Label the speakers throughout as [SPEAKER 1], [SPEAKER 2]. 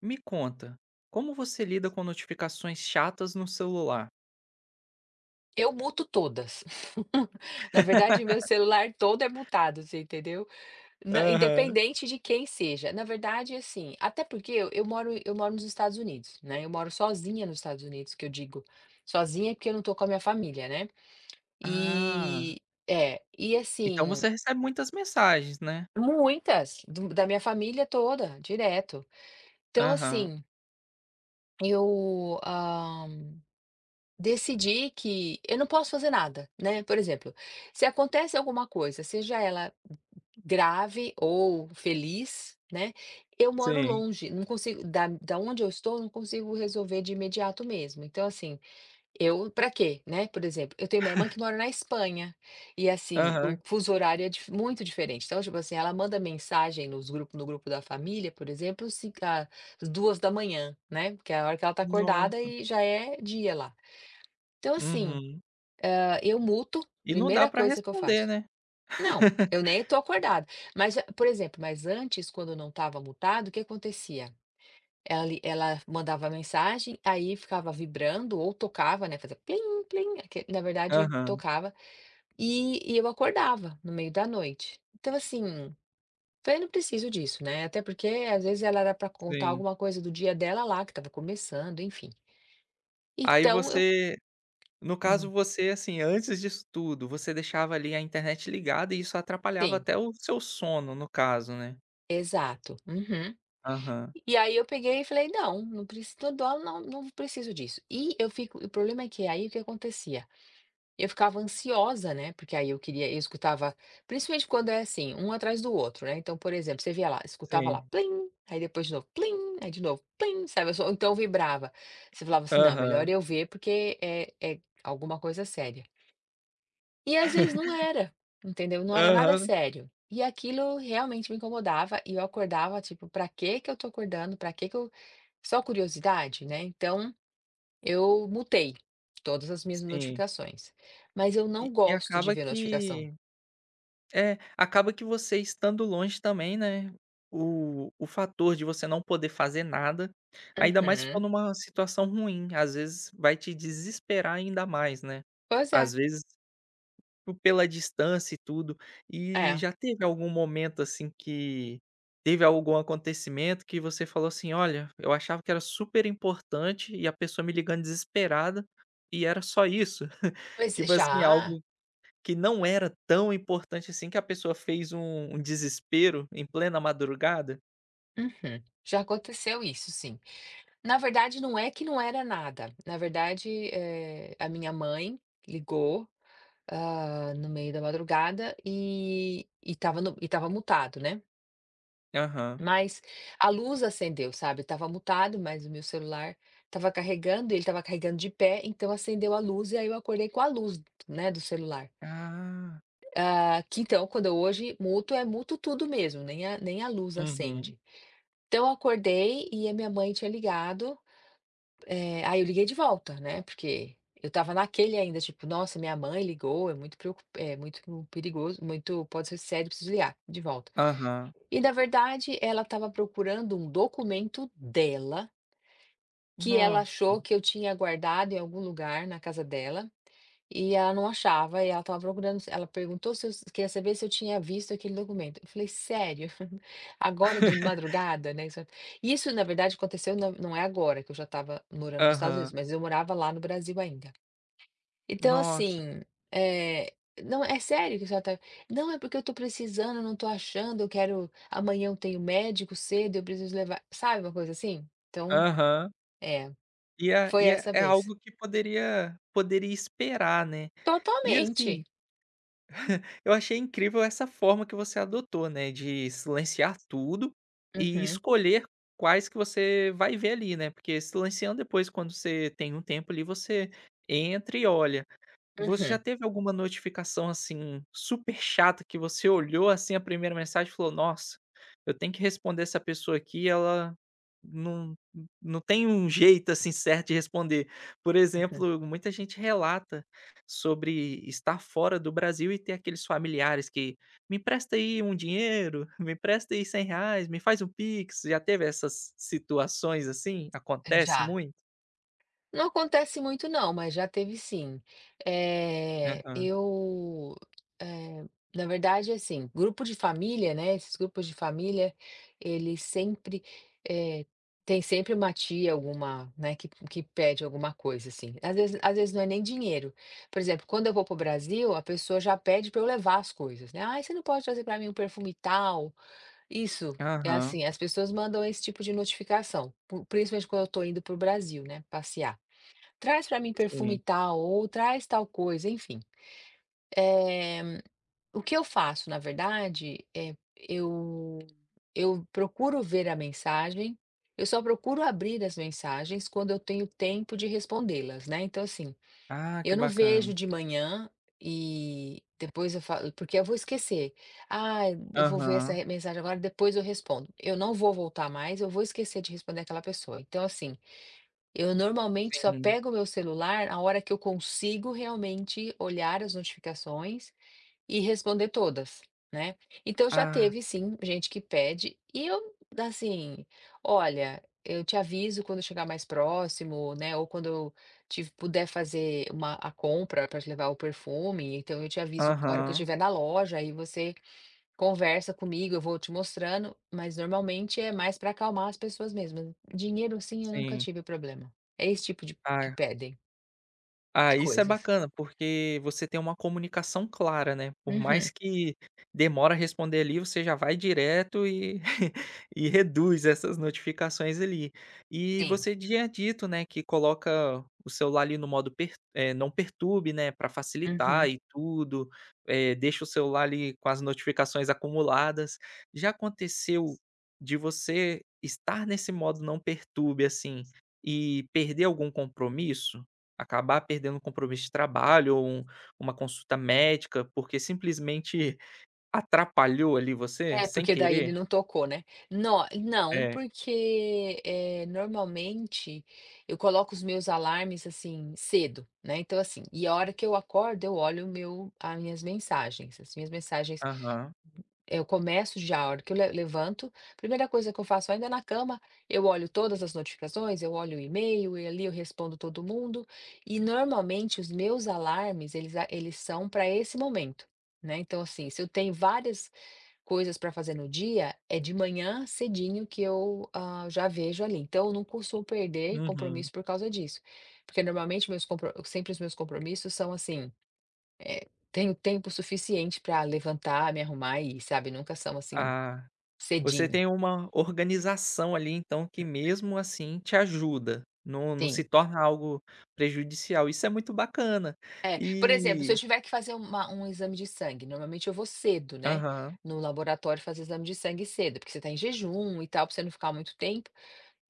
[SPEAKER 1] Me conta, como você lida com notificações chatas no celular?
[SPEAKER 2] Eu muto todas. Na verdade, meu celular todo é mutado, você entendeu? Na
[SPEAKER 1] Aham.
[SPEAKER 2] Independente de quem seja. Na verdade, assim, até porque eu moro nos Estados Unidos, né, eu moro sozinha nos Estados Unidos, que eu digo. Sozinha, porque eu não tô com a minha família, né.
[SPEAKER 1] Ah,
[SPEAKER 2] E é, e
[SPEAKER 1] então
[SPEAKER 2] assim,
[SPEAKER 1] você recebe muitas mensagens, né?
[SPEAKER 2] muitas do da minha família toda, direto. Então
[SPEAKER 1] Aham,
[SPEAKER 2] assim, eu, ah, Decidi que eu não posso fazer nada, né, por exemplo, se acontece alguma coisa, seja ela grave ou feliz, né, eu moro
[SPEAKER 1] sim.
[SPEAKER 2] longe, não consigo da onde eu estou, não consigo resolver de imediato mesmo. Então, assim, eu pra quê, né, por exemplo, eu tenho uma irmã que mora na Espanha, e assim, o
[SPEAKER 1] Aham.
[SPEAKER 2] fuso horário é dif muito diferente. Então, tipo assim, ela manda mensagem nos grupo no grupo da família, por exemplo, se às 2 da manhã, né, que é a hora que ela tá acordada
[SPEAKER 1] Nossa.
[SPEAKER 2] e já é dia lá. Então assim,
[SPEAKER 1] Uhum.
[SPEAKER 2] eu muto,
[SPEAKER 1] E não dá
[SPEAKER 2] primeira
[SPEAKER 1] pra
[SPEAKER 2] coisa que eu
[SPEAKER 1] responder,
[SPEAKER 2] faço.
[SPEAKER 1] né?
[SPEAKER 2] Não, eu nem tô acordada, mas antes quando eu não estava mutado, o que acontecia? Ela mandava mensagem, aí ficava vibrando ou tocava, né, fazia plim plim, aque na verdade
[SPEAKER 1] Aham,
[SPEAKER 2] tocava, e eu acordava no meio da noite. Então assim, falei: "Não preciso disso", né, até porque às vezes ela era para contar
[SPEAKER 1] sim.
[SPEAKER 2] alguma coisa do dia dela lá, que estava começando, enfim.
[SPEAKER 1] Aí
[SPEAKER 2] Então eu
[SPEAKER 1] você No caso
[SPEAKER 2] hum,
[SPEAKER 1] você, assim, antes disso tudo, você deixava ali a internet ligada e isso atrapalhava
[SPEAKER 2] sim,
[SPEAKER 1] até o seu sono, no caso, né?
[SPEAKER 2] exato. Uhum.
[SPEAKER 1] Aham,
[SPEAKER 2] E aí eu peguei e falei: "Não, não preciso não não não preciso disso". E eu fico o problema é que aí o que acontecia? Eu ficava ansiosa, né, porque aí eu escutava principalmente quando é assim, um atrás do outro, né, então, por exemplo, você via lá, escutava lá
[SPEAKER 1] sim.
[SPEAKER 2] "plim", aí depois de novo "plim", aí de novo "plim", sabe, eu só então vibrava. Você falava assim: "Não, melhor
[SPEAKER 1] Aham.
[SPEAKER 2] eu ver porque é alguma coisa séria". E às vezes não era, entendeu, não era nada
[SPEAKER 1] Aham,
[SPEAKER 2] sério. E aquilo realmente me incomodava e eu acordava, tipo: "Pra que que eu tô acordando? Pra que que eu só curiosidade, né, então eu mutei todas as minhas
[SPEAKER 1] sim.
[SPEAKER 2] notificações, mas eu não
[SPEAKER 1] E
[SPEAKER 2] gosto de
[SPEAKER 1] acaba
[SPEAKER 2] ver notificação".
[SPEAKER 1] que É, acaba que você estando longe também, né, o fator de você não poder fazer nada, ainda mais se for
[SPEAKER 2] Uhum.
[SPEAKER 1] numa situação ruim, às vezes vai te desesperar ainda mais, né.
[SPEAKER 2] Pois
[SPEAKER 1] Às
[SPEAKER 2] é,
[SPEAKER 1] vezes, p pela distância e tudo. E
[SPEAKER 2] é.
[SPEAKER 1] já teve algum momento, assim, que teve algum acontecimento que você falou assim: "Olha, eu achava que era super importante e a pessoa me ligando desesperada e era só isso?"
[SPEAKER 2] Pois é,
[SPEAKER 1] Tipo assim,
[SPEAKER 2] já
[SPEAKER 1] algo que não era tão importante assim, que a pessoa fez um desespero em plena madrugada?
[SPEAKER 2] uhum. Já aconteceu isso sim. Na verdade não é que não era nada, na verdade, a minha mãe ligou, no meio da madrugada e estava no e estava mutado, né.
[SPEAKER 1] Aham.
[SPEAKER 2] Mas a luz acendeu, sabe, tava mutado, mas o meu celular tava carregando, ele tava carregando de pé, então acendeu a luz e aí eu acordei com a luz, né, do celular.
[SPEAKER 1] Ah.
[SPEAKER 2] Ah, que então quando eu hoje muto, é muto tudo mesmo, nem a luz
[SPEAKER 1] Uhum.
[SPEAKER 2] acende. Então eu acordei e a minha mãe tinha ligado, aí eu liguei de volta, né, porque eu tava naquele ainda, tipo: "Nossa, minha mãe ligou, é muito perigoso, muito pode ser sério, preciso ligar de volta".
[SPEAKER 1] Aham.
[SPEAKER 2] E na verdade ela estava procurando um documento dela que ela
[SPEAKER 1] Nossa.
[SPEAKER 2] achou que eu tinha guardado em algum lugar na casa dela, e ela não achava, e ela estava procurando ela perguntou se eu queria saber se eu tinha visto aquele documento. Eu falei: "Sério? Agora de madrugada?", né, isso na verdade aconteceu não é agora que eu já estava morando nos Estados Unidos,
[SPEAKER 1] Aham.
[SPEAKER 2] mas eu morava lá no Brasil ainda. Então
[SPEAKER 1] Nossa.
[SPEAKER 2] assim, eh, "Não, é sério que a senhora tá" "Não, é porque eu tô precisando, eu não tô achando, eu quero amanhã eu tenho médico cedo, eu preciso levar", sabe uma coisa assim? Então,
[SPEAKER 1] Aham.
[SPEAKER 2] é,
[SPEAKER 1] E é
[SPEAKER 2] foi
[SPEAKER 1] e é
[SPEAKER 2] essa
[SPEAKER 1] é
[SPEAKER 2] vez.
[SPEAKER 1] algo que poderia esperar, né. E
[SPEAKER 2] Totalmente.
[SPEAKER 1] assim, eu achei incrível essa forma que você adotou, né, de silenciar tudo e
[SPEAKER 2] Uhum,
[SPEAKER 1] escolher quais que você vai ver ali, né, porque silenciando depois quando você tem um tempo ali, você entra e olha. Você já
[SPEAKER 2] uhum,
[SPEAKER 1] teve alguma notificação, assim, super chata que você olhou, assim, a primeira mensagem e falou: "Nossa, eu tenho que responder essa pessoa aqui, ela não não tem um jeito, assim, certo de responder". Por
[SPEAKER 2] uhum.
[SPEAKER 1] exemplo, muita gente relata sobre estar fora do Brasil e ter aqueles familiares que: "Me empresta aí um dinheiro, me empresta aí cem reais me faz um pix". Já teve essas situações assim? Acontece
[SPEAKER 2] Já.
[SPEAKER 1] muito?
[SPEAKER 2] Não acontece muito não, mas já teve sim. Eh,
[SPEAKER 1] Aham,
[SPEAKER 2] eu, eh, na verdade, assim, grupo de família, né, esses grupos de família, eles sempre, eh, tem sempre uma tia, alguma, né, que pede alguma coisa, assim. Às vezes não é nem dinheiro. Por exemplo, quando eu vou para o Brasil, a pessoa já pede para eu levar as coisas, né: "Ah, você não pode trazer para mim um perfume tal?" Isso, é
[SPEAKER 1] aham,
[SPEAKER 2] assim, as pessoas mandam esse tipo de notificação, principalmente quando eu tô indo pro Brasil, né, passear. Traz para mim perfume
[SPEAKER 1] sim.
[SPEAKER 2] tal ou traz tal coisa, enfim. O que eu faço, na verdade, é eu procuro ver a mensagem. Eu só procuro abrir as mensagens quando eu tenho tempo de respondê-las, né? Então assim,
[SPEAKER 1] Ah, que
[SPEAKER 2] eu não
[SPEAKER 1] bacana.
[SPEAKER 2] vejo de manhã e depois eu falo porque eu vou esquecer. "Ah, eu vou ver essa
[SPEAKER 1] Aham,
[SPEAKER 2] mensagem agora, depois eu respondo". Eu não vou voltar mais, eu vou esquecer de responder aquela pessoa. Então, assim, eu normalmente só
[SPEAKER 1] sim.
[SPEAKER 2] pego o meu celular a hora que eu consigo realmente olhar as notificações e responder todas, né. Então já
[SPEAKER 1] Ah,
[SPEAKER 2] teve sim gente que pede e eu, assim, olha, eu te aviso quando chegar mais próximo, né, ou quando eu te puder fazer uma a compra para te levar o perfume, então eu te aviso a hora que eu
[SPEAKER 1] aham,
[SPEAKER 2] estiver na loja, aí você conversa comigo, eu vou te mostrando, mas normalmente é mais para acalmar as pessoas mesmo. Dinheiro sim, eu nunca
[SPEAKER 1] sim.
[SPEAKER 2] tive problema. É esse tipo de que
[SPEAKER 1] Ah.
[SPEAKER 2] pedem, de
[SPEAKER 1] Isso é
[SPEAKER 2] coisas.
[SPEAKER 1] bacana, porque você tem uma comunicação clara, né. Por
[SPEAKER 2] Uhum,
[SPEAKER 1] mais que demora a responder ali, você já vai direto e e reduz essas notificações ali. E
[SPEAKER 2] sim,
[SPEAKER 1] você tinha dito, né, que coloca o celular ali no modo não perturbe, né, para facilitar
[SPEAKER 2] uhum.
[SPEAKER 1] e tudo, deixa o celular ali com as notificações acumuladas. Já aconteceu de você estar nesse modo não perturbe, assim, e perder algum compromisso? Acabar perdendo um compromisso de trabalho ou uma consulta médica, porque simplesmente atrapalhou ali você,
[SPEAKER 2] É,
[SPEAKER 1] sem
[SPEAKER 2] porque daí ele
[SPEAKER 1] querer.
[SPEAKER 2] não tocou, né. Não, não,
[SPEAKER 1] É.
[SPEAKER 2] porque, normalmente eu coloco os meus alarmes, assim, cedo, né, então, assim, e a hora que eu acordo eu olho o meu as minhas mensagens
[SPEAKER 1] Aham.
[SPEAKER 2] eu começo já a hora que eu le levanto, primeira coisa que eu faço ainda na cama, eu olho todas as notificações, eu olho o e-mail e ali eu respondo todo mundo, e normalmente os meus alarmes eles são para esse momento, né, então, assim, se eu tenho várias coisas para fazer no dia, é de manhã cedinho que eu, já vejo ali. Então eu não costumo perder
[SPEAKER 1] Uhum.
[SPEAKER 2] compromisso por causa disso. Porque normalmente meus compro sempre os meus compromissos são assim, tenho tempo suficiente para levantar, me arrumar e ir, sabe, nunca são assim,
[SPEAKER 1] Ah, você
[SPEAKER 2] cedinho.
[SPEAKER 1] tem uma organização ali, então, que mesmo assim te ajuda, não não se
[SPEAKER 2] Sim.
[SPEAKER 1] torna algo prejudicial. Isso é muito bacana.
[SPEAKER 2] É, por exemplo, se eu
[SPEAKER 1] E
[SPEAKER 2] tiver que fazer uma um exame de sangue, normalmente eu vou cedo, né,
[SPEAKER 1] Aham,
[SPEAKER 2] no laboratório fazer exame de sangue cedo, porque você está em jejum e tal, para você não ficar muito tempo.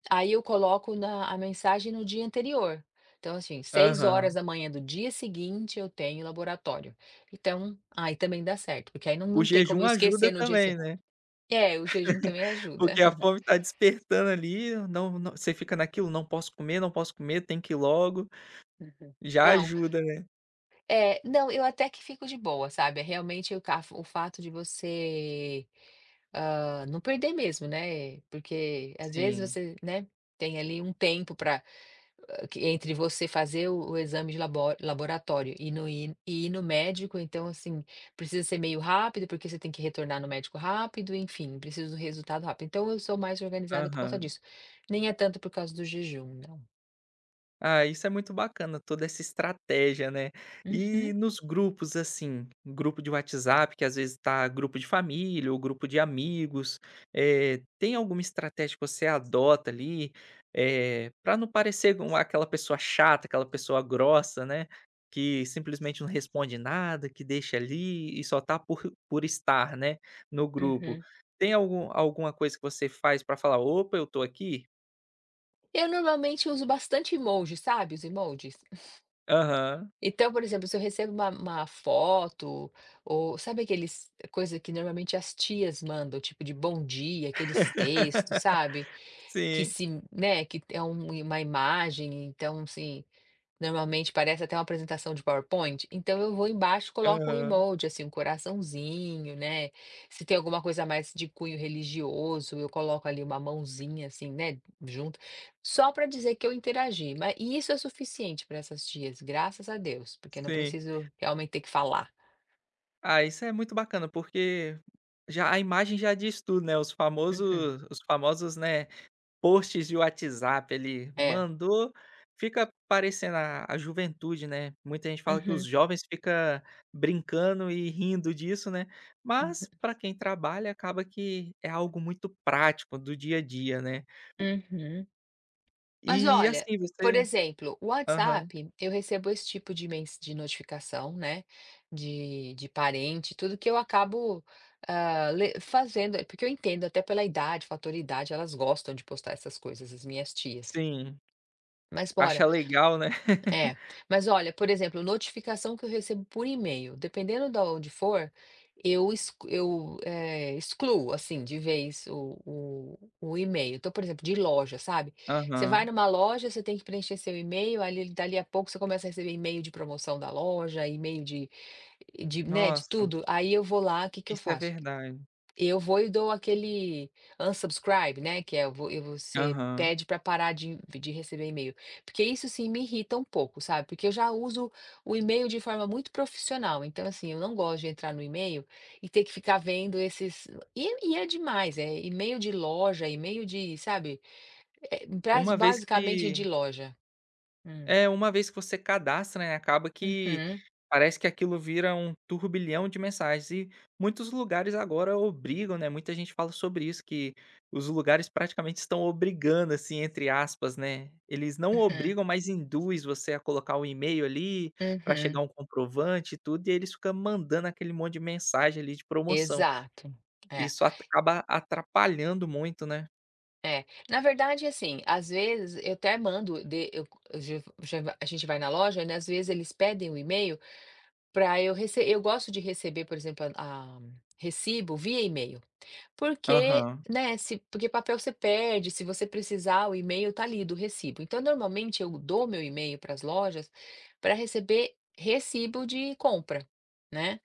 [SPEAKER 2] Aí eu coloco na a mensagem no dia anterior. Então, assim, 6 horas
[SPEAKER 1] aham.
[SPEAKER 2] da manhã do dia seguinte eu tenho laboratório. Então, aí também dá certo, porque aí não
[SPEAKER 1] O
[SPEAKER 2] não tem como
[SPEAKER 1] jejum
[SPEAKER 2] eu
[SPEAKER 1] ajuda
[SPEAKER 2] esquecer no dia
[SPEAKER 1] também,
[SPEAKER 2] seguinte.
[SPEAKER 1] né.
[SPEAKER 2] É, o jejum também ajuda.
[SPEAKER 1] Porque a fome tá despertando ali, não não você fica naquilo: "Não posso comer, não posso comer, tem que ir logo".
[SPEAKER 2] Uhum.
[SPEAKER 1] Já
[SPEAKER 2] Não,
[SPEAKER 1] ajuda, né.
[SPEAKER 2] é, não, eu até que fico de boa, sabe, é realmente o fato de você, não perder mesmo, né, porque às vezes
[SPEAKER 1] Sim.
[SPEAKER 2] você, né, tem ali um tempo para que entre você fazer o exame de laboratório e ir no médico, então, assim, precisa ser meio rápido, porque você tem que retornar no médico rápido, enfim, precisa do resultado rápido. Então eu sou mais organizada por conta
[SPEAKER 1] Aham.
[SPEAKER 2] disso. Nem é tanto por causa do jejum, não.
[SPEAKER 1] Ah, isso é muito bacana, toda essa estratégia, né. E
[SPEAKER 2] Uhum.
[SPEAKER 1] nos grupos, assim, grupo de WhatsApp, que às vezes tá grupo de família ou grupo de amigos, tem alguma estratégia que você adota ali, pra não parecer com aquela pessoa chata, aquela pessoa grossa, né, que simplesmente não responde nada, que deixa ali e só tá por estar, né, no grupo.
[SPEAKER 2] Uhum.
[SPEAKER 1] Tem alguma coisa que você faz pra falar: "Opa, eu tô aqui"?
[SPEAKER 2] Eu normalmente uso bastante emoji, sabe, os emojis?
[SPEAKER 1] Aham.
[SPEAKER 2] Então, por exemplo, se eu recebo uma foto ou sabe aqueles coisa que normalmente as tias mandam, tipo de bom dia, aqueles textos, sabe? Que
[SPEAKER 1] Sim.
[SPEAKER 2] se né, que é uma imagem, então assim, normalmente parece até uma apresentação de PowerPoint, então eu vou embaixo e coloco um
[SPEAKER 1] Aham.
[SPEAKER 2] emoji, assim, um coraçãozinho, né, se tem alguma coisa mais de cunho religioso, eu coloco ali uma mãozinha, assim, né, junto, só para dizer que eu interagi, mas e isso é suficiente para essas tias, graças a Deus, porque eu não
[SPEAKER 1] Sim.
[SPEAKER 2] preciso realmente ter que falar.
[SPEAKER 1] Ah, isso é muito bacana, porque já a imagem já diz tudo, né, os
[SPEAKER 2] Uhum.
[SPEAKER 1] famosos os famosos, né, posts de WhatsApp ele
[SPEAKER 2] É.
[SPEAKER 1] mandou, fica parecendo a juventude, né. Muita gente fala que os
[SPEAKER 2] Uhum,
[SPEAKER 1] jovens fica brincando e rindo disso, né, mas para quem trabalha acaba que é algo muito prático do dia a dia, né.
[SPEAKER 2] uhum, uhum. Mas
[SPEAKER 1] E
[SPEAKER 2] olha,
[SPEAKER 1] assim,
[SPEAKER 2] por
[SPEAKER 1] você.
[SPEAKER 2] exemplo, o
[SPEAKER 1] Aham.
[SPEAKER 2] WhatsApp, eu recebo esse tipo de notificação, né, de parente, tudo que eu acabo, ah, le fazendo é porque eu entendo até pela idade, fator idade, elas gostam de postar essas coisas, as minhas tias.
[SPEAKER 1] Sim.
[SPEAKER 2] Mas bora,
[SPEAKER 1] Acha legal, né.
[SPEAKER 2] é, mas olha, por exemplo, notificação que eu recebo por e-mail, dependendo de onde for, eu excluo, assim, de vez o e-mail. Então, por exemplo, de loja, sabe? Você vai
[SPEAKER 1] Aham.
[SPEAKER 2] numa loja, você tem que preencher seu e-mail, ali dali a pouco você começa a receber e-mail de promoção da loja, e-mail de, né, de
[SPEAKER 1] Nossa,
[SPEAKER 2] tudo. Aí eu vou lá, o que que eu
[SPEAKER 1] isso é
[SPEAKER 2] faço?
[SPEAKER 1] verdade.
[SPEAKER 2] Eu vou e dou aquele unsubscribe, né, que é eu vou eu você
[SPEAKER 1] Aham.
[SPEAKER 2] pede para parar de receber e-mail. Porque isso sim me irrita um pouco, sabe, porque eu já uso o e-mail de forma muito profissional, então assim, eu não gosto de entrar no e-mail e ter que ficar vendo esses e é demais, é e-mail de loja, e-mail de sabe, bras
[SPEAKER 1] Uma vez
[SPEAKER 2] basicamente de
[SPEAKER 1] que
[SPEAKER 2] loja. Hum.
[SPEAKER 1] uma vez que você cadastra, né, acaba que
[SPEAKER 2] Uhum,
[SPEAKER 1] parece que aquilo vira um turbilhão de mensagens e muitos lugares agora obrigam, né, muita gente fala sobre isso, que os lugares praticamente estão obrigando, assim, entre aspas, né. Eles não
[SPEAKER 2] uhum,
[SPEAKER 1] obrigam, mas induz você a colocar o e-mail ali, para
[SPEAKER 2] uhum.
[SPEAKER 1] chegar um comprovante e tudo, e eles ficam mandando aquele monte de mensagem ali de promoção.
[SPEAKER 2] Exato. É.
[SPEAKER 1] Isso acaba atrapalhando muito, né.
[SPEAKER 2] É, na verdade, assim, às vezes eu até mando de eu já já a gente vai na loja, né, às vezes eles pedem o e-mail para eu receber. Eu gosto de receber, por exemplo, a recibo via e-mail, porque,
[SPEAKER 1] Aham.
[SPEAKER 2] né, se porque papel você perde, se você precisar, o e-mail tá ali do recibo. Então, normalmente, eu dou meu e-mail para as lojas para receber recibo de compra, né.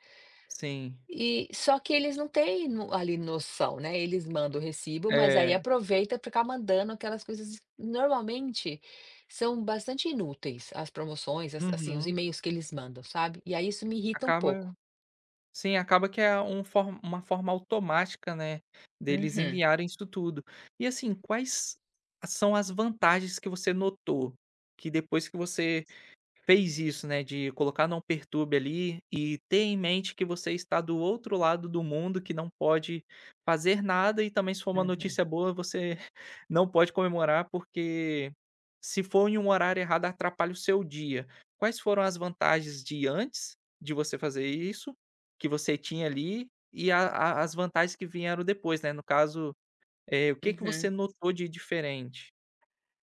[SPEAKER 1] Sim.
[SPEAKER 2] E só que eles não têm no ali noção, né, eles mandam o recibo, mas aí
[SPEAKER 1] É.
[SPEAKER 2] aproveita para ficar mandando aquelas coisas que normalmente são bastante inúteis as promoções, as assim, os
[SPEAKER 1] Uhum.
[SPEAKER 2] e-mails que eles mandam, sabe. E aí isso me irrita um pouco.
[SPEAKER 1] Acaba sim, acaba que é um for uma forma automática, né, deles
[SPEAKER 2] Uhum,
[SPEAKER 1] enviarem isso tudo. E assim, quais são as vantagens que você notou, que depois que você fez isso, né, de colocar "não perturbe" ali e ter em mente que você está do outro lado do mundo, que não pode fazer nada e também se for uma
[SPEAKER 2] uhum,
[SPEAKER 1] notícia boa você não pode comemorar, porque se for em um horário errado atrapalha o seu dia. Quais foram as vantagens de antes de você fazer isso, que você tinha ali, e a as vantagens que vieram depois, né, no caso, o que que
[SPEAKER 2] uhum.
[SPEAKER 1] você notou de diferente?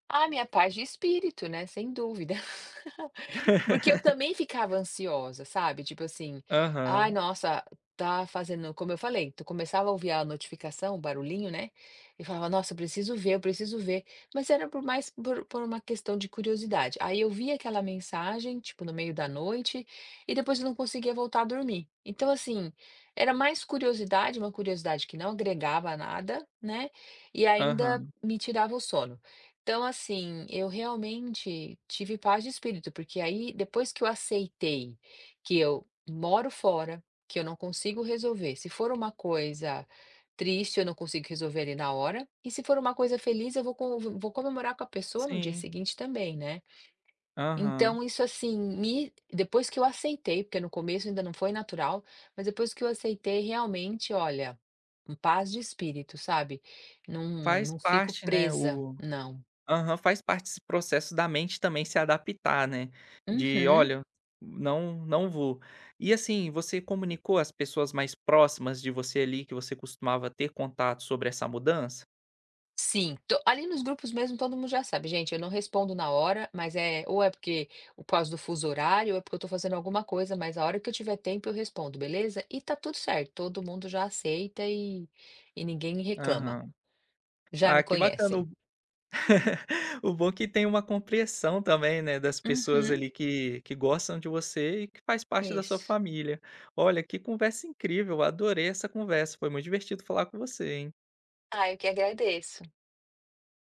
[SPEAKER 2] Ah, minha paz de espírito, né, sem dúvida. Porque eu também ficava ansiosa, sabe, tipo assim: "Ai,
[SPEAKER 1] Aham,
[SPEAKER 2] nossa, tá fazendo", como eu falei, tu começava a ouvir a notificação, o barulhinho, né, e falava: "Nossa, eu preciso ver", mas era por mais por uma questão de curiosidade. Aí eu via aquela mensagem, tipo, no meio da noite, e depois eu não conseguia voltar a dormir. Então, assim, era mais curiosidade, uma curiosidade que não agregava nada, né, e ainda
[SPEAKER 1] aham.
[SPEAKER 2] me tirava o sono. Então, assim, eu realmente tive paz de espírito, porque aí depois que eu aceitei que eu moro fora, que eu não consigo resolver, se for uma coisa triste, eu não consigo resolver ali na hora, e se for uma coisa feliz, eu vou comemorar com a pessoa no dia
[SPEAKER 1] Sim,
[SPEAKER 2] seguinte também, né?
[SPEAKER 1] aham.
[SPEAKER 2] Então, isso assim, depois que eu aceitei, porque no começo ainda não foi natural, mas depois que eu aceitei, realmente, olha, paz de espírito, sabe? Não,
[SPEAKER 1] Faz
[SPEAKER 2] não fico
[SPEAKER 1] parte, né,
[SPEAKER 2] presa,
[SPEAKER 1] o
[SPEAKER 2] não.
[SPEAKER 1] aham, faz parte esse processo da mente também se adaptar, né, de:
[SPEAKER 2] Uhum.
[SPEAKER 1] "Olha, não não vou". E assim, você comunicou às pessoas mais próximas de você ali, que você costumava ter contato, sobre essa mudança?
[SPEAKER 2] Sim, to ali nos grupos mesmo todo mundo já sabe: "Gente, eu não respondo na hora, mas é ou é porque por causa do fuso horário ou é porque eu tô fazendo alguma coisa, mas a hora que eu tiver tempo eu respondo, beleza?" E tá tudo certo, todo mundo já aceita e ninguém reclama.
[SPEAKER 1] Aham.
[SPEAKER 2] Já me
[SPEAKER 1] Ah, que bacana.
[SPEAKER 2] conhecem.
[SPEAKER 1] O bom é que tem uma compreensão também, né, das pessoas
[SPEAKER 2] Uhum,
[SPEAKER 1] ali que gostam de você e que faz parte da sua
[SPEAKER 2] isso.
[SPEAKER 1] família. Olha, que conversa incrível, adorei essa conversa, foi muito divertido falar com você, hein.
[SPEAKER 2] Ah, eu que agradeço.